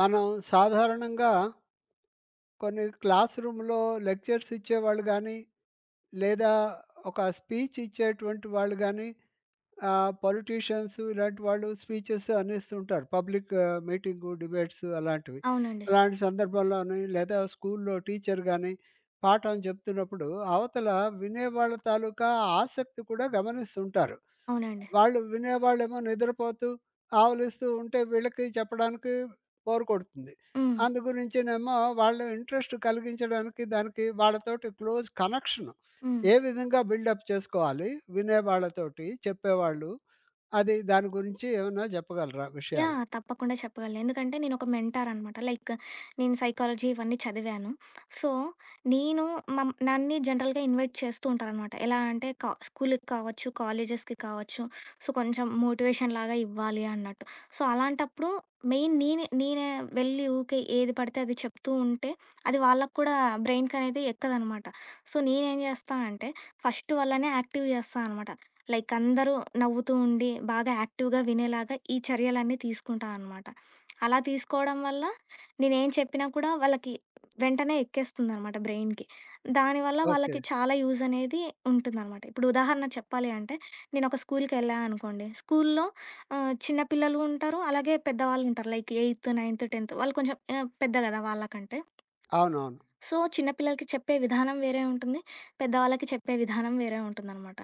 మనం సాధారణంగా కొన్ని క్లాస్ రూమ్‌లో లెక్చర్స్ ఇచ్చేవాళ్ళు గానీ, లేదా ఒక స్పీచ్ ఇచ్చేటువంటి వాళ్ళు గానీ, పొలిటీషియన్స్ ఇలాంటి వాళ్ళు స్పీచెస్ అనేస్తుంటారు. పబ్లిక్ మీటింగు, డిబేట్స్ అలాంటివి. అవునండి. అలాంటి సందర్భంలోని లేదా స్కూల్లో టీచర్ గానీ, పాఠం చెప్తున్నప్పుడు అవతల వినేవాళ్ళ తాలూకా ఆసక్తి కూడా గమనిస్తుంటారు. అవునండి. వాళ్ళు వినేవాళ్ళేమో నిద్రపోతూ, ఆవులిస్తూ ఉంటే వీళ్ళకి చెప్పడానికి బోర్ కొడుతుంది. హ్మ్. అందు గురించినేమో వాళ్ళు ఇంట్రెస్ట్ కలిగించడానికి దానికి వాళ్ళతోటి క్లోజ్ కనెక్షన్ హ్మ్. ఏ విధంగా బిల్డప్ చేసుకోవాలి వినేవాళ్ళతోటి, చెప్పేవాళ్ళు, అది దాని గురించి ఏమన్నా చెప్పగలరా విషయాలు? యాహ్! తప్పకుండా చెప్పగలను. ఎందుకంటే నేనొక మెంటార్ అనమాట. లైక్ నేను సైకాలజీ ఇవన్నీ చదివాను. సో, నేను నన్ని జనరల్‌గా ఇన్వైట్ చేస్తూ ఉంటారనమాట. ఎలా అంటే స్కూలుకి కావచ్చు, కాలేజెస్‌కి కావచ్చు. సో, కొంచెం మోటివేషన్ లాగా ఇవ్వాలి అన్నట్టు. సో, అలాంటప్పుడు మెయిన్ నేనే నేనే వెళ్ళి ఊకే ఏది పడితే అది చెప్తూ ఉంటే అది వాళ్ళకి కూడా బ్రెయిన్‌కనేది ఎక్కదనమాట. సో, నేనేం జేస్తా అంటే ఫస్ట్ వాళ్ళని యాక్టివ్ జేస్తా అనమాట. లైక్ అందరూ నవ్వుతూ ఉండి, బాగా యాక్టివ్‌గా వినేలాగా ఈ చర్యలన్నీ తీసుకుంటా అనమాట. అలా తీసుకోవడం వల్ల నేనేం చెప్పినా కూడా వాళ్ళకి వెంటనే ఎక్కేస్తుందనమాట బ్రెయిన్‌కి. దానివల్ల ఓకే. వాళ్ళకి చాలా యూజ్ అనేది ఉంటుందనమాట. ఇప్పుడు ఉదాహరణ చెప్పాలి అంటే, నేనొక స్కూల్‌కెళ్ళా అనుకోండి. స్కూల్‌లో చిన్న పిల్లలు ఉంటారు, అలాగే పెద్దవాళ్ళు ఉంటారు. లైక్ ఎయిత్, నైన్త్, 10థ్ వాళ్ళు కొంచెం పెద్ద గదా! వాళ్ళకంటే. అవునవును. సో, చిన్న పిల్లలకి చెప్పే విధానం వేరే ఉంటుంది. పెద్దవాళ్ళకి చెప్పే విధానం వేరే ఉంటుందనమాట.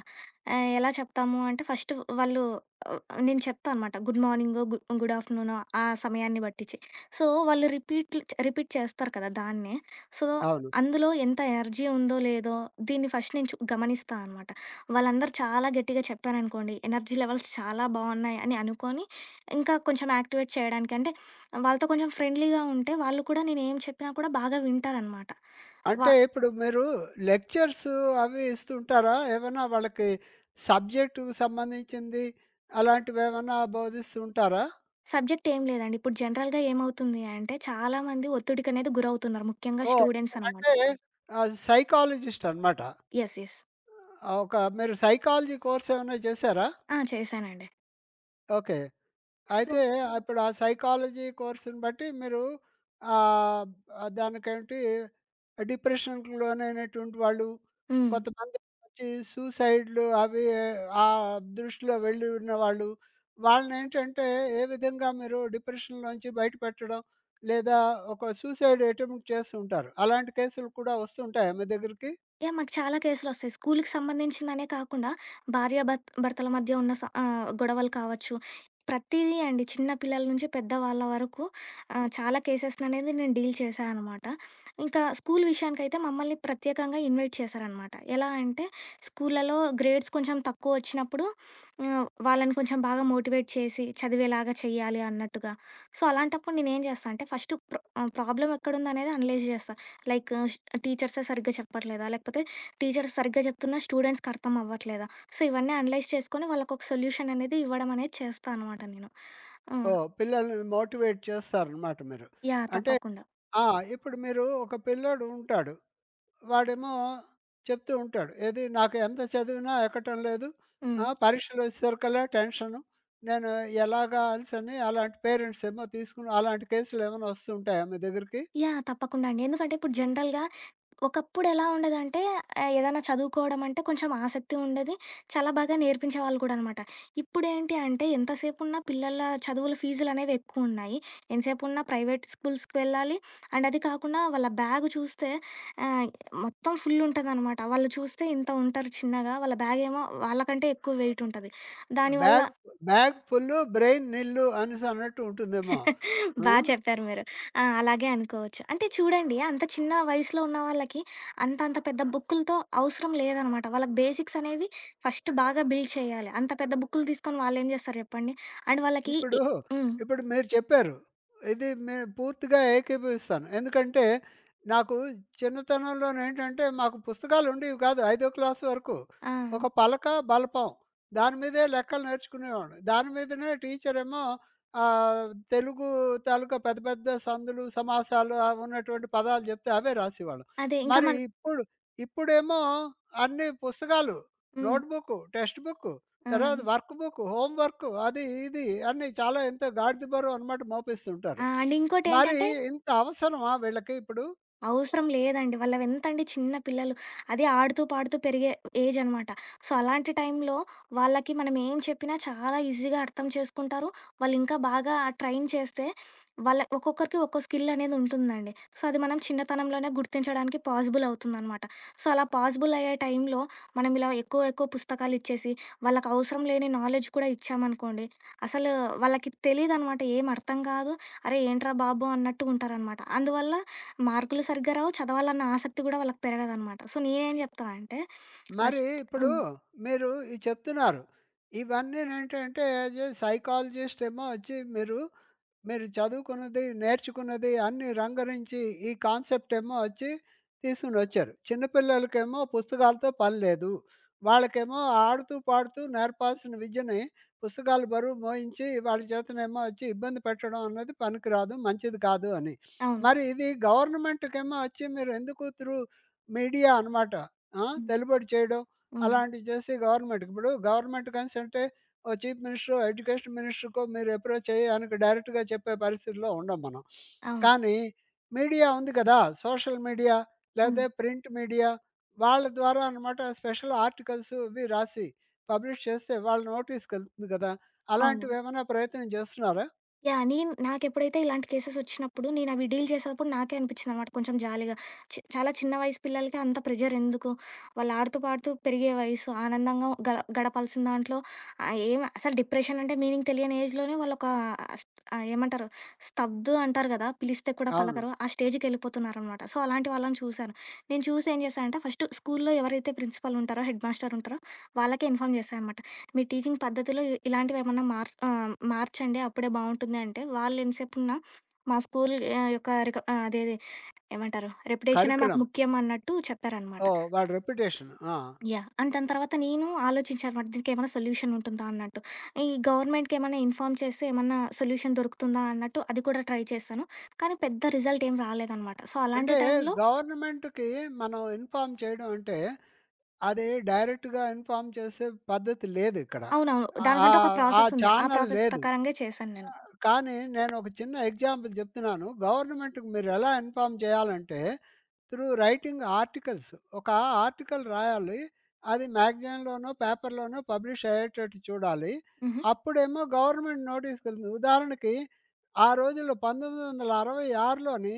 ఎలా చెప్తాము అంటే ఫస్ట్ వాళ్ళు ఆహ్, నేను చెప్తా అనమాట. గుడ్ మార్నింగో, గుడ్ ఆఫ్టర్‌నూనో ఆ సమయాన్ని బట్టిచ్చి. సో, వాళ్ళు రిపీట్ చేస్తారు కదా! దాన్నే. సో, అవును. అందులో ఎంత ఎనర్జీ ఉందో లేదో దీన్ని ఫస్ట్ నేను గమనిస్తా అనమాట. వాళ్ళందరూ చాలా గట్టిగా చెప్పారనుకోండి, ఎనర్జీ లెవెల్స్ చాలా బావున్నాయి అని అనుకోని, ఇంకా కొంచెం యాక్టివేట్ చేయడానికి అంటే వాళ్ళతో కొంచెం ఫ్రెండ్లీగా ఉంటే వాళ్ళు కూడా నేనేం చెప్పినా కూడా బాగా వింటారనమాట. వ అంటే ఇప్పుడు మీరు లెక్చర్స్ అవి ఇస్తుంటారా? ఏమన్నా వాళ్ళకి సబ్జెక్టుకి సంబంధించింది అలాంటివేమన్నా బోధిస్తూ ఉంటారా? సబ్జెక్ట్ ఏం లేదండి. ఇప్పుడు జనరల్‌గా ఏమవుతుంది అంటే, చాలామంది ఒత్తిడికనేది గురవుతున్నారు. ముఖ్యంగా హ్మ్. ఓహ్! స్టూడెంట్స్ అనమాట. మీరంటే సైకాలజిస్ట్ అనమాట. యెస్. యెస్. ఒక మీరు సైకాలజీ కోర్స్ ఏమైనా చేశారా? ఆ! చేశానండి. ఓకే. అయితే సో ఇప్పుడు ఆ సైకాలజీ కోర్స్‌ని బట్టి మీరు ఆహ్, దానికేంటి డిప్రెషన్‌కి లోనైనటువంటి వాళ్ళు, హ్మ్. కొంతమంది వచ్చి సూసైడ్‌లు అవి ఆ దృష్టిలో వెళ్ళి ఉన్నవాళ్ళు, వాళ్ళనేంటంటే ఏ విధంగా మీరు డిప్రెషన్‌లోంచి బయటపెట్టడం, లేదా ఒక సూసైడ్ అటెంప్ట్ చేస్తుంటారు. అలాంటి కేసులు కూడా వస్తుంటాయా మీ దగ్గరికి? యాహ్! మాకు చాలా కేసులొస్తాయి. స్కూలుకి సంబంధించిందనే కాకుండా భార్య భర్తల మధ్య ఉన్న గొడవలు కావచ్చు. ప్రతీదీ అండి. చిన్న పిల్లల నుంచి పెద్దవాళ్ళ వరకు చాలా కేసెస్‌ననేది నేను డీల్ చేశా అనమాట. ఇంకా స్కూలు విషయానికైతే మమ్మల్ని ప్రత్యేకంగా ఇన్వైట్ చేశారనమాట. ఎలా అంటే స్కూళ్ళలో గ్రేడ్స్ కొంచెం తక్కువొచ్చినప్పుడు వాళ్ళని కొంచెం బాగా మోటివేట్ చేసి చదివేలాగా చెయ్యాలి అన్నట్టుగా. సో, అలాంటప్పుడు నేనేం చేస్తా అంటే ఫస్టు ప్రాబ్లమ్ ఎక్కడుందనేది అనలైజ్ చేస్తా. లైక్ టీచర్సే సరిగ్గా చెప్పట్లేదా? లేకపోతే టీచర్స్ సరిగ్గా చెప్తున్నా స్టూడెంట్స్‌కి అర్థం అవ్వట్లేదా? సో, ఇవన్నీ అనలైజ్ చేసుకొని వాళ్ళకొక సొల్యూషన్ అనేది ఇవ్వడం అనేది చేస్తా అనమాట నేను. హ్మ్. ఓహ్! పిల్లల్ని మోటివేట్ చేస్తారనమాట మీరు. యాహ్! అంటే తప్పకుండా. ఆ! ఇప్పుడు మీరు ఒక పిల్లోడు ఉంటాడు. వాడేమో చెప్తూ ఉంటాడు. ఏది నాకు ఎంత చదివినా ఎక్కటం లేదు. హ్మ్. ఆ! పరీక్షలొచ్చేసరికల్లా టెన్షను. నేను ఎలాగా అనేసని అలాంటి పేరెంట్స్ ఏమో తీసుకుని అలాంటి కేసులు ఏమైనా వస్తుంటాయా మీ దగ్గరికి? యాహ్! తప్పకుండా అండి. ఎందుకంటే ఇప్పుడు జనరల్‌గా ఒకప్పుడు ఎలా ఉండేదంటే ఏదైనా చదువుకోవడం అంటే కొంచెం ఆసక్తి ఉండేది. చాలా బాగా నేర్పించేవాళ్ళు కూడా అనమాట. ఇప్పుడేంటి అంటే ఎంతసేపున్నా పిల్లల చదువుల ఫీజులనేవి ఎక్కువున్నాయి. ఎంతసేపున్నా ప్రైవేట్ స్కూల్స్‌కి వెళ్ళాలి. అండ్ అది కాకుండా వాళ్ళ బ్యాగ్ చూస్తే ఆహ్, మొత్తం ఫుల్ ఉంటదనమాట. వాళ్ళు చూస్తే ఇంత ఉంటారు చిన్నగా. వాళ్ళ బ్యాగేమో వాళ్ళకంటే ఎక్కువ వెయిట్ ఉంటది. దానివల్ల బ్యాగ్ బ్యాగ్ ఫుల్లు బ్రెయిన్ నిల్లు అనేసి అన్నట్టు ఉంటుందేమో. ఆ! బా చెప్పారు మీరు. ఆ! అలాగే అనుకోవచ్చు. అంటే చూడండి అంత చిన్న వయసులో ఉన్న వాళ్ళకి అంత అంత పెద్ద బుక్కులతో అవసరం లేదనమాట. వాళ్ళకి బేసిక్స్ అనేవి ఫస్ట్ బాగా బిల్డ్ చేయాలి. అంత పెద్ద బుక్కులు తీసుకొని వాళ్ళేం చేస్తారు చెప్పండి? అండ్ వాళ్ళకి ఇప్పుడు, హ్మ్. ఇప్పుడు మీరు చెప్పారు. ఇది నేను పూర్తిగా ఏకీభవిస్తాను. ఎందుకంటే, నాకు చిన్నతనంలోనేంటంటే, మాకు పుస్తకాలు ఉండేవి కాదు ఐదో క్లాస్ వరకు. ఆ! ఒక పలక, బలపం దాని మీదే లెక్కలు నేర్చుకునేవాళ్ళం. దాని మీదనే టీచరేమో ఆహ్, తెలుగు తాలూకా పెద్ద పెద్ద సందులు, సమాసాలు అవి ఉన్నటువంటి పదాలు చెప్తే అవే రాసేవాళ్ళం. అదే ఇంకా మరి మన ఇప్పుడు ఇప్పుడేమో అన్ని పుస్తకాలు, హ్మ్. నోట్‌బుక్కు, టెక్స్ట్ బుక్కు ఆ! తర్వాత వర్క్ బుక్, హోమ్ వర్క్ అది, ఇది అన్నీ చాలా ఎంతో గాడిద బరువు అనమాట మోపిస్తుంటారు. ఆ! అండ్ మరి ఇంకోటేంటంటే ఇంత అవసరమా వీళ్ళకి ఇప్పుడు? అవసరం లేదండి. వాళ్ళవెంతండి చిన్న పిల్లలు. అది ఆడుతూ, పాడుతూ పెరిగే ఏజనమాట. సో, అలాంటి టైంలో వాళ్ళకి మనం ఏం చెప్పినా చాలా ఈజీగా అర్థం చేసుకుంటారు. వాళ్ళింకా బాగా ట్రైన్ చేస్తే వాళ్ళ ఒక్కొక్కరికి ఒక్కో స్కిల్లనేదుంటుందండి. సో, అది మనం చిన్నతనంలోనే గుర్తించడానికి పాసిబుల్ అవుతుందనమాట. సో, అలా పాసిబుల్ అయ్యే టైంలో మనం ఇలా ఎక్కువ, ఎక్కువ పుస్తకాలిచ్చేసి వాళ్ళకవసరం లేని నాలెడ్జ్ కూడా ఇచ్చామనుకోండి, అసలు వాళ్ళకి తెలీదనమాట. ఏం అర్థం కాదు. అరే! ఏంట్రా బాబు అన్నట్టు ఉంటారనమాట. అందువల్ల మార్కులు సరిగ్గా రావు. చదవాలన్న ఆసక్తి గూడా వాళ్ళకి పెరగదనమాట. సో, నేనేం జెప్తా అంటే మరి ఫస్ట్ ఇప్పుడు హ్మ్. మీరు ఇది చెప్తున్నారు. ఇవన్నీనేంటంటే, అది సైకాలజిస్ట్ ఏమో వచ్చి మీరు మీరు చదువుకున్నది, నేర్చుకున్నది అన్నీ రంగరించి ఈ కాన్సెప్ట్ ఏమో వచ్చి తీసుకొని వచ్చారు. చిన్న పిల్లలకేమో పుస్తకాలతో పని లేదు. వాళ్ళకేమో ఆడుతూ, పాడుతూ నేర్పాల్సిన విద్యని పుస్తకాలు బరువు మోయించి వాళ్ళ చేతనేమో వచ్చి ఇబ్బంది పెట్టడం అన్నది పనికిరాదు, మంచిది కాదు అని. అవును. మరి ఇది గవర్నమెంట్‌కేమో వచ్చి మీరు ఎందుకు త్రూ మీడియా అనమాట. ఆ! హ్మ్. తెలుబడి చేయడం హ్మ్. అలాంటివి చేసి గవర్నమెంట్‌కి ఇప్పుడు గవర్నమెంట్ కన్సంటే ఓ చీఫ్ మినిస్టరో, ఎడ్యుకేషన్ మినిస్టర్‌కో మీరు అప్రోచ్ అయ్యి ఆయనకి డైరెక్ట్‌గా చెప్పే పరిస్థితిలో ఉండం మనం. అవును. కానీ మీడియా ఉంది కదా! సోషల్ మీడియా హ్మ్. లేతే ప్రింట్ మీడియా వాళ్ళ ద్వారా అనమాట స్పెషల్ ఆర్టికల్స్ ఇవి రాసి పబ్లిష్ చేస్తే వాళ్ళ నోటీస్‌కెళ్తుంది కదా! అవును. అలాంటివేమైనా ప్రయత్నం చేస్తున్నారా? యాహ్! నేను నాకెప్పుడైతే ఇలాంటి కేసెస్ వచ్చినప్పుడు నేను అవి డీల్ చేసేటప్పుడు నాకే అనిపించిందనమాట కొంచెం జాలీగా. చాలా చిన్న వయసు పిల్లలకి అంత ప్రెషర్ ఎందుకు? వాళ్ళు ఆడుతూ పాడుతూ పెరిగే వయసు. ఆనందంగా గడపాల్సిన దాంట్లో ఏం అసలు డిప్రెషన్ అంటే మీనింగ్ తెలియని ఏజ్‌లోనే వాళ్ళొక స్ ఏమంటారు స్తబ్దు అంటారు కదా! పిలిస్తే కూడా అవును. పలకరు. ఆ స్టేజ్‌కెళ్ళిపోతున్నారనమాట. సో, అలాంటి వాళ్ళని చూశాను. నేను చూసి ఏం చేశానంటే ఫస్ట్ స్కూల్‌లో ఎవరైతే ప్రిన్సిపల్ ఉంటారో, హెడ్ మాస్టర్ ఉంటారో వాళ్ళకే ఇన్ఫార్మ్ చేశా అనమాట. మీ టీచింగ్ పద్ధతిలో ఇలాంటివి ఏమన్నా మార్చండి అప్పుడే బావుంటుంది అంటే, వాళ్ళు ఎంతసేపున్నా మా స్కూల్ యొక్క అదేది ఏమంటారు రెప్యుటేషనే మాకు కరిక్యులమ్. ముఖ్యం అన్నట్టు చెప్పారనమాట. ఓహ్! వాళ్ళ రెప్యుటేషన్. ఆ! యాహ్! అండ్ దాని తర్వాత నేను ఆలోచించానమాట దీనికేమైనా సొల్యూషన్ ఉంటుందా అన్నట్టు. ఈ గవర్నమెంట్‌కేమైనా ఇన్ఫార్మ్ చేస్తే ఏమన్నా సొల్యూషన్ దొరుకుతుందా అన్నట్టు అది కూడా ట్రై చేశాను. కానీ పెద్ద రిజల్ట్ ఏం రాలేదనమాట. సో, అలాంటి అంటే టైంలో గవర్నమెంట్‌కి మనం ఇన్ఫార్మ్ చేయడం అంటే అది డైరెక్ట్‌గా ఇన్ఫార్మ్ చేసే పద్ధతి లేదిక్కడ. అవునవును. ఆహ్, ఆ దానికంటే ఒక ఆ ప్రాసెస్ ఉంది. ఆ ఛానల్ ప్రాసెస్ లేదు. ప్రకారంగే చేశాను ఆ! నేను. కానీ నేనొక చిన్న ఎగ్జాంపుల్ చెప్తున్నాను. గవర్నమెంట్‌కి మీరెలా ఇన్ఫార్మ్ చేయాలంటే, త్రూ రైటింగ్ ఆర్టికల్స్. ఒక ఆర్టికల్ రాయాలి. అది మ్యాగజైన్‌లోనో, పేపర్‌లోనో పబ్లిష్ అయ్యేటట్టు చూడాలి. హుహు. అప్పుడేమో గవర్నమెంట్ నోటీస్‌కెళ్తుంది. ఉదాహరణకి ఆ రోజుల్లో 1966లోని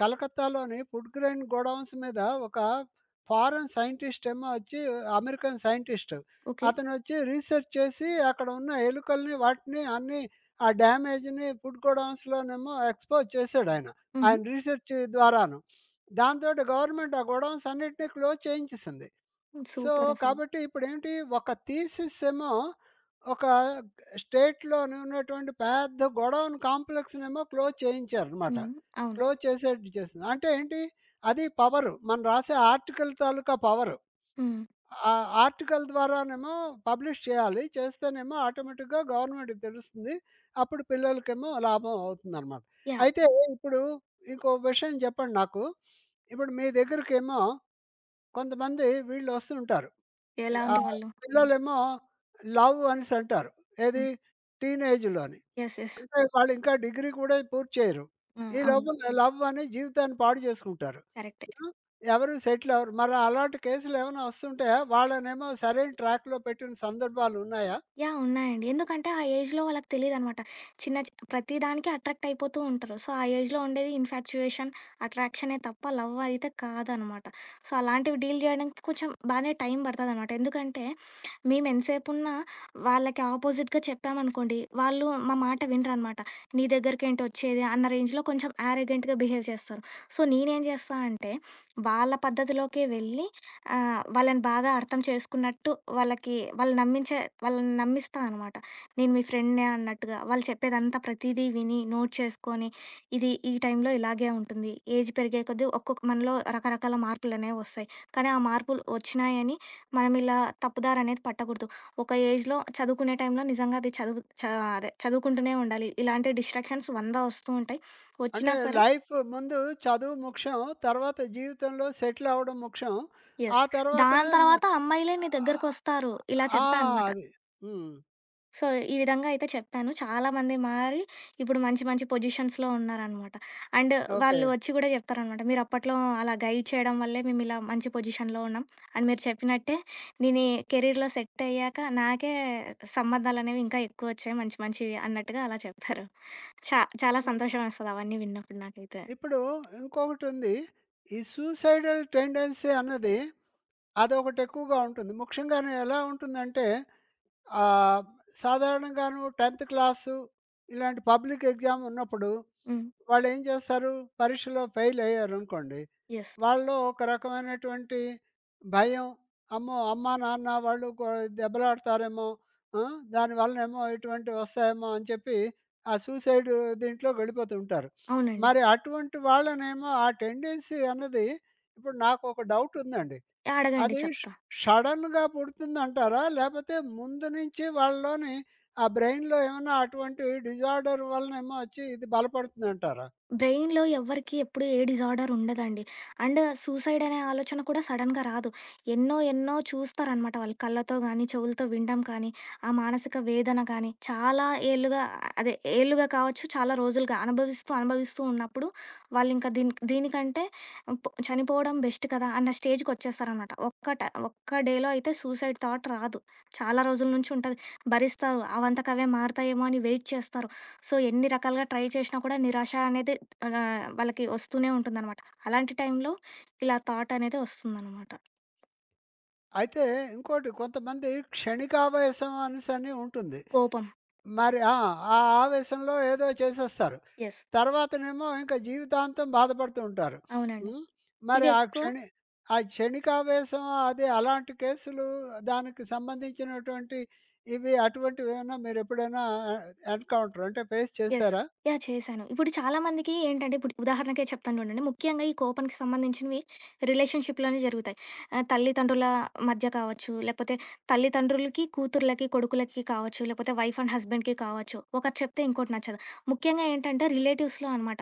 కలకత్తాలోని ఫుడ్ గ్రెయిన్ గోడౌన్స్ మీద ఒక ఫారెన్ సైంటిస్ట్ ఏమో వచ్చి అమెరికన్ సైంటిస్ట్ ఓకే. అతనొచ్చి రీసెర్చ్ చేసి అక్కడ ఉన్న ఎలుకల్ని, వాటిని అన్నీ ఆ డ్యామేజ్‌ని ఫుడ్ గోడౌన్స్‌లోనేమో ఎక్స్‌పోజ్ చేసాడాయన. ఆయన హుహు. ఆయన రీసెర్చ్ ద్వారాను. దాంతోటి గవర్నమెంట్ ఆ గోడౌన్స్ అన్నిటిని క్లోజ్ చేయించేసింది. సో, సూపరసలు. కాబట్టి ఇప్పుడేంటి ఒక థీసిస్ ఏమో ఒక స్టేట్‌లోని ఉన్నటువంటి పెద్ద గోడౌన్ కాంప్లెక్స్‌నేమో క్లోజ్ చేయించారనమాట. హ్మ్. అవును. క్లోజ్ చేసేట్టు చేసింది. అంటే ఏంటి? అది పవరు. మనం రాసే ఆర్టికల్ తాలూకా పవరు. హ్మ్. ఆ ఆర్టికల్ ద్వారానేమో పబ్లిష్ చేయాలి. చేస్తేనేమో ఆటోమేటిక్‌గా గవర్నమెంట్‌కి తెలుస్తుంది. అప్పుడు పిల్లలకేమో లాభం అవుతుందనమాట. యాహ్! అయితే ఇప్పుడు ఇంకో విషయం చెప్పండి నాకు. ఇప్పుడు మీ దగ్గరికేమో కొంతమంది వీళ్ళొస్తుంటారు. ఎలాంటి ఆహ్, హ్మ్. హ్మ్. వాళ్ళు? పిల్లలేమో లవ్ అనేసి అంటారు. ఏది హ్మ్. టీనేజ్‌లోని. యెస్. యెస్. అంటే వాళ్ళు ఇంకా డిగ్రీ కూడా పూర్తి చేయరు. హ్మ్. ఈ అవును. లోపల లవ్ అని జీవితాన్ని పాడు చేసుకుంటారు. కరెక్టే. ఆ! ఎవరు సెటిల్ అవ్వరు. మరి అలాంటి కేసులు ఏమైనా వస్తుంటాయా? వాళ్ళనేమో సరైన ట్రాక్‌లో పెట్టిన సందర్భాలు ఉన్నాయా? యాహ్! ఉన్నాయండి. ఎందుకంటే ఆ ఏజ్‌లో వాళ్ళకి తెలీదనమాట. చిన్న ప్రతి దానికి అట్రాక్ట్ అయిపోతూ ఉంటారు. సో, ఆ ఏజ్‌లో ఉండేది ఇన్‌ఫాక్చుయేషన్, అట్రాక్షనే తప్ప లవ్ అయితే కాదనమాట. సో, అలాంటివి డీల్ జేయడానికి కొంచెం బానే టైం పడతదనమాట. ఎందుకంటే మేమెంతసేపున్నా వాళ్ళకి ఆపోజిట్‌గా చెప్పామనుకోండి, వాళ్ళు మా మాట వినరనమాట. నీ దగ్గరికేంటి వచ్చేది అన్న రేంజ్‌లో కొంచెం యారగెంట్‌గా బిహేవ్ చేస్తారు. సో, నేనేం జేస్తా అంటే వాళ్ళ పద్ధతిలోకే వెళ్ళి ఆ! వాళ్ళని బాగా అర్థం చేసుకున్నట్టు వాళ్ళకి వాళ్ళు నమ్మించే వాళ్ళని నమ్మిస్తా అనమాట. నేను మీ ఫ్రెండ్‌నే అన్నట్టుగా. వాళ్ళు చెప్పేదంతా ప్రతీదీ విని, నోట్ చేసుకొని, ఇది ఈ టైంలో ఇలాగే ఉంటుంది. ఏజ్ పెరిగే కొద్దీ ఒక్కొక్క మనలో రకరకాల మార్పులనేవి వస్తాయి. కానీ ఆ మార్పులు వచ్చినాయని మనం ఇలా తప్పుదారనేది పట్టకూడదు. ఒక ఏజ్‌లో చదువుకునే టైంలో నిజంగా అది చదువు చ అదే చదువుకుంటూనే ఉండాలి. ఇలాంటి డిస్ట్రాక్షన్స్ 100 వస్తూ ఉంటాయి. వచ్చినా అంటే సరే లైఫ్ ముందు చదువు ముఖ్యం. తర్వాత జీవితంలో సెటిల్ అవ్వడం ముఖ్యం. యెస్. ఆ తర్వాతనే దాని మ తర్వాత అమ్మాయిలే నీ ఆహ్, దగ్గరకొస్తారు. ఇలా ఆ! చెప్పా అనమాట. అది. హ్మ్. సో, ఈ విధంగా అయితే చెప్పాను. చాలామంది మారి ఇప్పుడు మంచి మంచి పొజిషన్స్‌లో ఉన్నారనమాట. And okay. వాళ్ళు వచ్చి కూడా చెప్తారనమాట. "మీరప్పట్లో అలా గైడ్ చేయడం వల్లే మేమిలా మంచి పొజిషన్‌లో ఉన్నాం. అండ్ మీరు చెప్పినట్టే నేను ఈ కెరీర్‌లో సెట్ అయ్యాక నాకే సంబంధాలనేవి ఇంకా ఎక్కువొచ్చాయి మంచి మంచివి" అన్నట్టుగా అలా చెప్పారు. చాలా ఇ సంతోషమేస్తది అవన్నీ విన్నప్పుడు నాకైతే. ఇప్పుడు ఇంకొకటుంది. ఈ సూసైడల్ టెండెన్సీ అన్నది అదొకటి ఎక్కువగా ఉంటుంది. ముఖ్యంగాను ఎలా ఉంటుందంటే ఆహ్, సాధారణంగాను 10థ్ క్లాసు ఇలాంటి పబ్లిక్ ఎగ్జామ్ ఉన్నప్పుడు హ్మ్. వాళ్ళేం చేస్తారు? పరీక్షలో ఫెయిల్ అయ్యారనుకోండి, యెస్. వాళ్ళలో ఒక రకమైనటువంటి భయం, అమ్మో! అమ్మా, నాన్న వాళ్ళు కొ దెబ్బలాడతారేమో, ఆ! దానివల్లనేమో ఇటువంటివి వస్తాయేమో అని చెప్పి ఆ సూసైడ్ దీంట్లోకి వెళ్ళిపోతూ ఉంటారు. అవునండి. మరి అటువంటి వాళ్ళనేమో ఆ టెండెన్సీ అన్నది ఇప్పుడు నాకొక డౌట్ ఉందండి. అడగండి అది ష్ చెప్తా. సడెన్‌గా పుడుతుందంటారా? లేపోతే ముందు నుంచి వాళ్ళలోని ఆ బ్రెయిన్‌లో ఏమన్నా అటువంటి డిజార్డర్ వలనేమో వచ్చి ఇది బలపడుతుందంటారా? బ్రెయిన్‌లో ఎవ్వరికీ ఎప్పుడు ఏ డిజార్డర్ ఉండదండి. అండ్ సూసైడ్ అనే ఆలోచన కూడా సడెన్‌గా రాదు. ఎన్నో ఎన్నో చూస్తారనమాట వాళ్ళు కళ్ళతో గానీ, చెవులతో వినడం కానీ, ఆ మానసిక వేదన కానీ, చాలా ఏళ్లుగా అదే ఏళ్లుగా కావచ్చు, చాలా రోజులుగా అనుభవిస్తూ, అనుభవిస్తూ ఉన్నప్పుడు వాళ్ళింకా దీని దీనికంటే చనిపోవడం బెస్ట్ కదా! అన్న స్టేజ్‌కొచ్చేస్తారనమాట. ఒక్క డేలో అయితే సూసైడ్ థాట్ రాదు. చాలా రోజుల నుంచి ఉంటది. భరిస్తారు. అవంతకవే మారతాయేమో అని వెయిట్ చేస్తారు. సో, ఎన్ని రకాలుగా ట్రై చేసినా కూడా నిరాశ అనేది అలా వాళ్ళకి వస్తూనే ఉంటుందనమాట. అలాంటి టైంలో ఇలా థాట్ అనేది వస్తుందనమాట. అయితే ఇంకోటి కొంతమంది క్షణికావేశం అనేసని ఉంటుంది. కోపం. మరి ఆ! ఆ ఆవేశంలో ఏదో చేసేస్తారు. యెస్. తర్వాతనేమో ఇంక జీవితాంతం బాధపడుతూ ఉంటారు. అవునండి. హ్మ్. మరి ఆ ఇవెక్కువ క్షణి ఆ క్షణికావేశం అది అలాంటి కేసులు దానికి సంబంధించినటువంటి ఇవి అటువంటివేమన్నా మీరెప్పుడైనా ఆహ్, ఎన్‌కౌంటర్ అంటే ఫేస్ యెస్. చేశారా? యాహ్! చేశాను. ఇప్పుడు చాలా మందికి ఏంటంటే ఇప్పుడు ఉదాహరణకే చెప్తాను చూడండి. ముఖ్యంగా ఈ కోపానికి సంబంధించినవి రిలేషన్‌షిప్‌లోనే జరుగుతాయి. తల్లిదండ్రుల మధ్య కావచ్చు, లేకపోతే తల్లిదండ్రులకి, కూతుర్లకి, కొడుకులకి కావచ్చు, లేకపోతే వైఫ్ అండ్ హస్బెండ్‌కి కావచ్చు. ఒకటి చెప్తే ఇంకోటి నచ్చదు. ముఖ్యంగా ఏంటంటే రిలేటివ్స్‌లో అనమాట.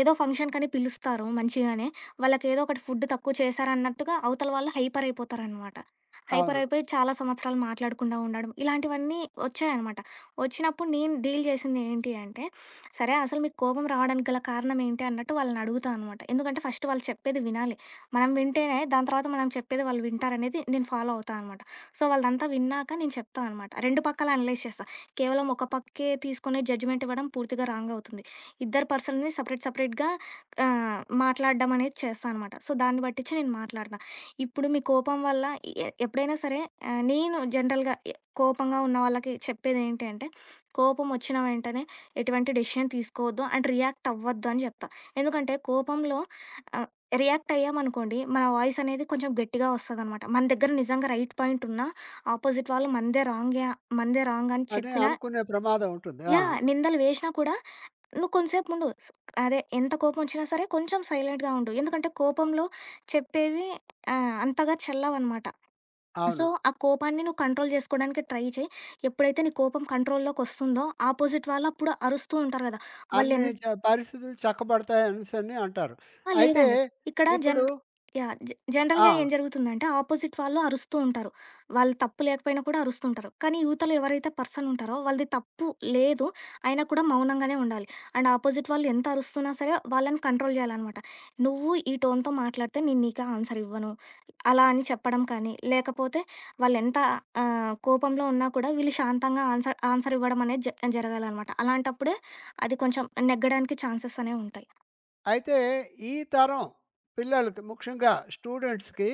ఏదో ఫంక్షన్‌కని పిలుస్తారు మంచిగానే. వాళ్ళకేదో ఒకటి ఫుడ్ తక్కువ చేశారన్నట్టుగా అవతల వాళ్ళు హైపర్ అయిపోతారనమాట. హైపర్ అవును. అయిపోయి చాలా సంవత్సరాలు మాట్లాడకుండా ఉండడం, ఇలాంటివన్నీ వచ్చాయనమాట. వచ్చినప్పుడు నేను డీల్ చేసింది ఏంటి అంటే, సరే అసలు మీకు కోపం రావడానికి గల కారణం ఏంటి అన్నట్టు వాళ్ళని అడుగుతా అనమాట. ఎందుకంటే ఫస్ట్ వాళ్ళు చెప్పేది వినాలి. మనం వింటేనే దాని తర్వాత మనం చెప్పేది వాళ్ళు వింటారనేది నేను ఫాలో అవుతా అనమాట. సో, వాళ్ళదంతా విన్నాక నేను చెప్తా అనమాట. 2 పక్కల అనలైజ్ చేస్తా. కేవలం ఒక పక్కే తీసుకొని జడ్జిమెంట్ ఇవ్వడం పూర్తిగా రాంగ్ అవుతుంది. ఇద్దరు పర్సన్‌ని సెపరేట్‌గా మాట్లాడడం అనేది చేస్తా అనమాట. సో, దాన్ని బట్టిచ్చి నేను మాట్లాడతా. ఇప్పుడు మీ కోపం వల్ల ఎప్పుడైనా సరే నేను జనరల్‌గా కోపంగా ఉన్న వాళ్ళకి చెప్పేదేంటి అంటే కోపం వచ్చిన వెంటనే ఎటువంటి డెసిషన్ తీసుకోవద్దు అండ్ రియాక్ట్ అవ్వద్దు అని చెప్తా. ఎందుకంటే కోపంలో ఆహ్, రియాక్ట్ అయ్యామనుకోండి మన వాయిస్ అనేది కొంచెం గట్టిగా వస్తదనమాట. మన దగ్గర నిజంగా రైట్ పాయింట్ ఉన్నా ఆపోజిట్ వాళ్ళు మనదే రాంగ్ అని అని చెప్పినా అనుకునే ప్రమాదం ఉంటుంది. ఆ! యాహ్! నిందలు వేసినా కూడా నువ్వు కొంసేపు ఉండు. అదే ఎంత కోపం వచ్చినా సరే కొంచెం సైలెంట్‌గా ఉండు. ఎందుకంటే కోపంలో చెప్పేవి అంతగా చెల్లవనమాట. సో, అవును. ఆ కోపాన్ని నువ్వు కంట్రోల్ జేసుకోడానికి ట్రై చెయి. ఎప్పుడైతే నీ కోపం కంట్రోల్‌లోకొస్తుందో, ఆపోజిట్ వాళ్ళప్పుడు అరుస్తూ ఉంటారు గదా! అన్ని వాళ్ళెన్ హ్మ్. చ పరిస్థితులు చక్కబడతాయనేసని అంటారు. ఆ! అయితే లేదండి. ఇక్కడ జన్ ఇప్పుడు యాహ్! ఆ! జనరల్‌గా ఏం జరుగుతుందంటే, ఆపోజిట్ వాళ్ళు అరుస్తూ ఉంటారు. వాళ్ళు తప్పు లేకపోయినా కూడా అరుస్తూ ఉంటారు. కానీ యువతలో ఎవరైతే పర్సన్ ఉంటారో వాళ్ళది తప్పు లేదు, అయినా కూడా మౌనంగానే ఉండాలి. అండ్ ఆపోజిట్ వాళ్ళు ఎంత అరుస్తున్నా సరే వాళ్ళని కంట్రోల్ చేయాలనమాట. నువ్వు ఈ టోన్‌తో మాట్లాడితే నేను నీకు ఆన్సర్ ఇవ్వను. అలా అని చెప్పడం కానీ, లేకపోతే వాళ్ళెంత కోపంలో ఉన్నా కూడా వీళ్ళు శాంతంగా ఆన్సర్ ఆన్సర్ ఇవ్వడం అనేది జరగాలనమాట. అలాంటప్పుడే అది కొంచెం నెగ్గడానికి ఛాన్సెస్ అనేవి ఉంటాయి. అయితే ఈ తరం పిల్లలకి ముఖ్యంగా స్టూడెంట్స్‌కి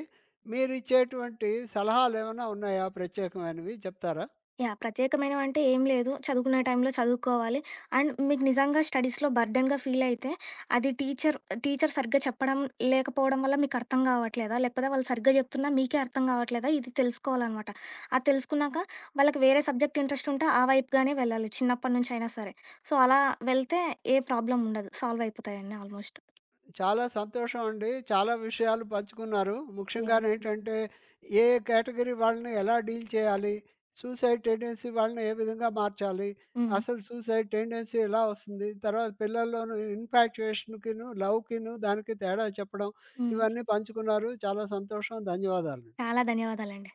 మీరిచ్చేటువంటి సలహాలేమైనా ఉన్నాయా ప్రత్యేకమైనవి చెప్తారా? యాహ్! ప్రత్యేకమైనవంటే ఏం లేదు. చదువుకునే టైంలో చదువుకోవాలి. అండ్ మీకు నిజంగా స్టడీస్‌లో బర్డెన్‌గా ఫీల్ అయితే, అది టీచర్ టీచర్ సరిగ్గా చెప్పడం లేకపోవడం వల్ల మీకు అర్థం కావట్లేదా? లేకపోతే వాళ్ళు సరిగ్గా చెప్తున్నా మీకే అర్థం కావట్లేదా? ఇది తెలుసుకోవాలనమాట. అది తెలుసుకున్నాక వాళ్ళకి వేరే సబ్జెక్ట్ ఇంట్రెస్ట్ ఉంటే ఆ వైపుగానే వెళ్ళాలి చిన్నప్పటి నుంచి అయినా సరే. సో, అలా వెళ్తే ఏ ప్రాబ్లమ్ ఉండదు. సాల్వ్ అయిపోతాయన్నీ ఆల్మోస్ట్. చాలా సంతోషం అండి. చాలా విషయాలు పంచుకున్నారు. యాహ్! ముఖ్యంగానేంటంటే ఏ కేటగరీ వాళ్ళని ఎలా డీల్ చేయాలి? సూసైడ్ టెండెన్సీ వాళ్ళని ఏ విధంగా మార్చాలి? హ్మ్. అసలు సూసైడ్ టెండెన్సీ ఎలా వస్తుంది? తర్వాత పిల్లల్లోను ఇన్ఫాక్చుయేషన్‌కిను, లవ్‌కిను దానికి తేడా చెప్పడం హ్మ్. ఇవన్నీ పంచుకున్నారు. చాలా సంతోషం. ధన్యవాదాలు. చాలా ధన్యవాదాలండి.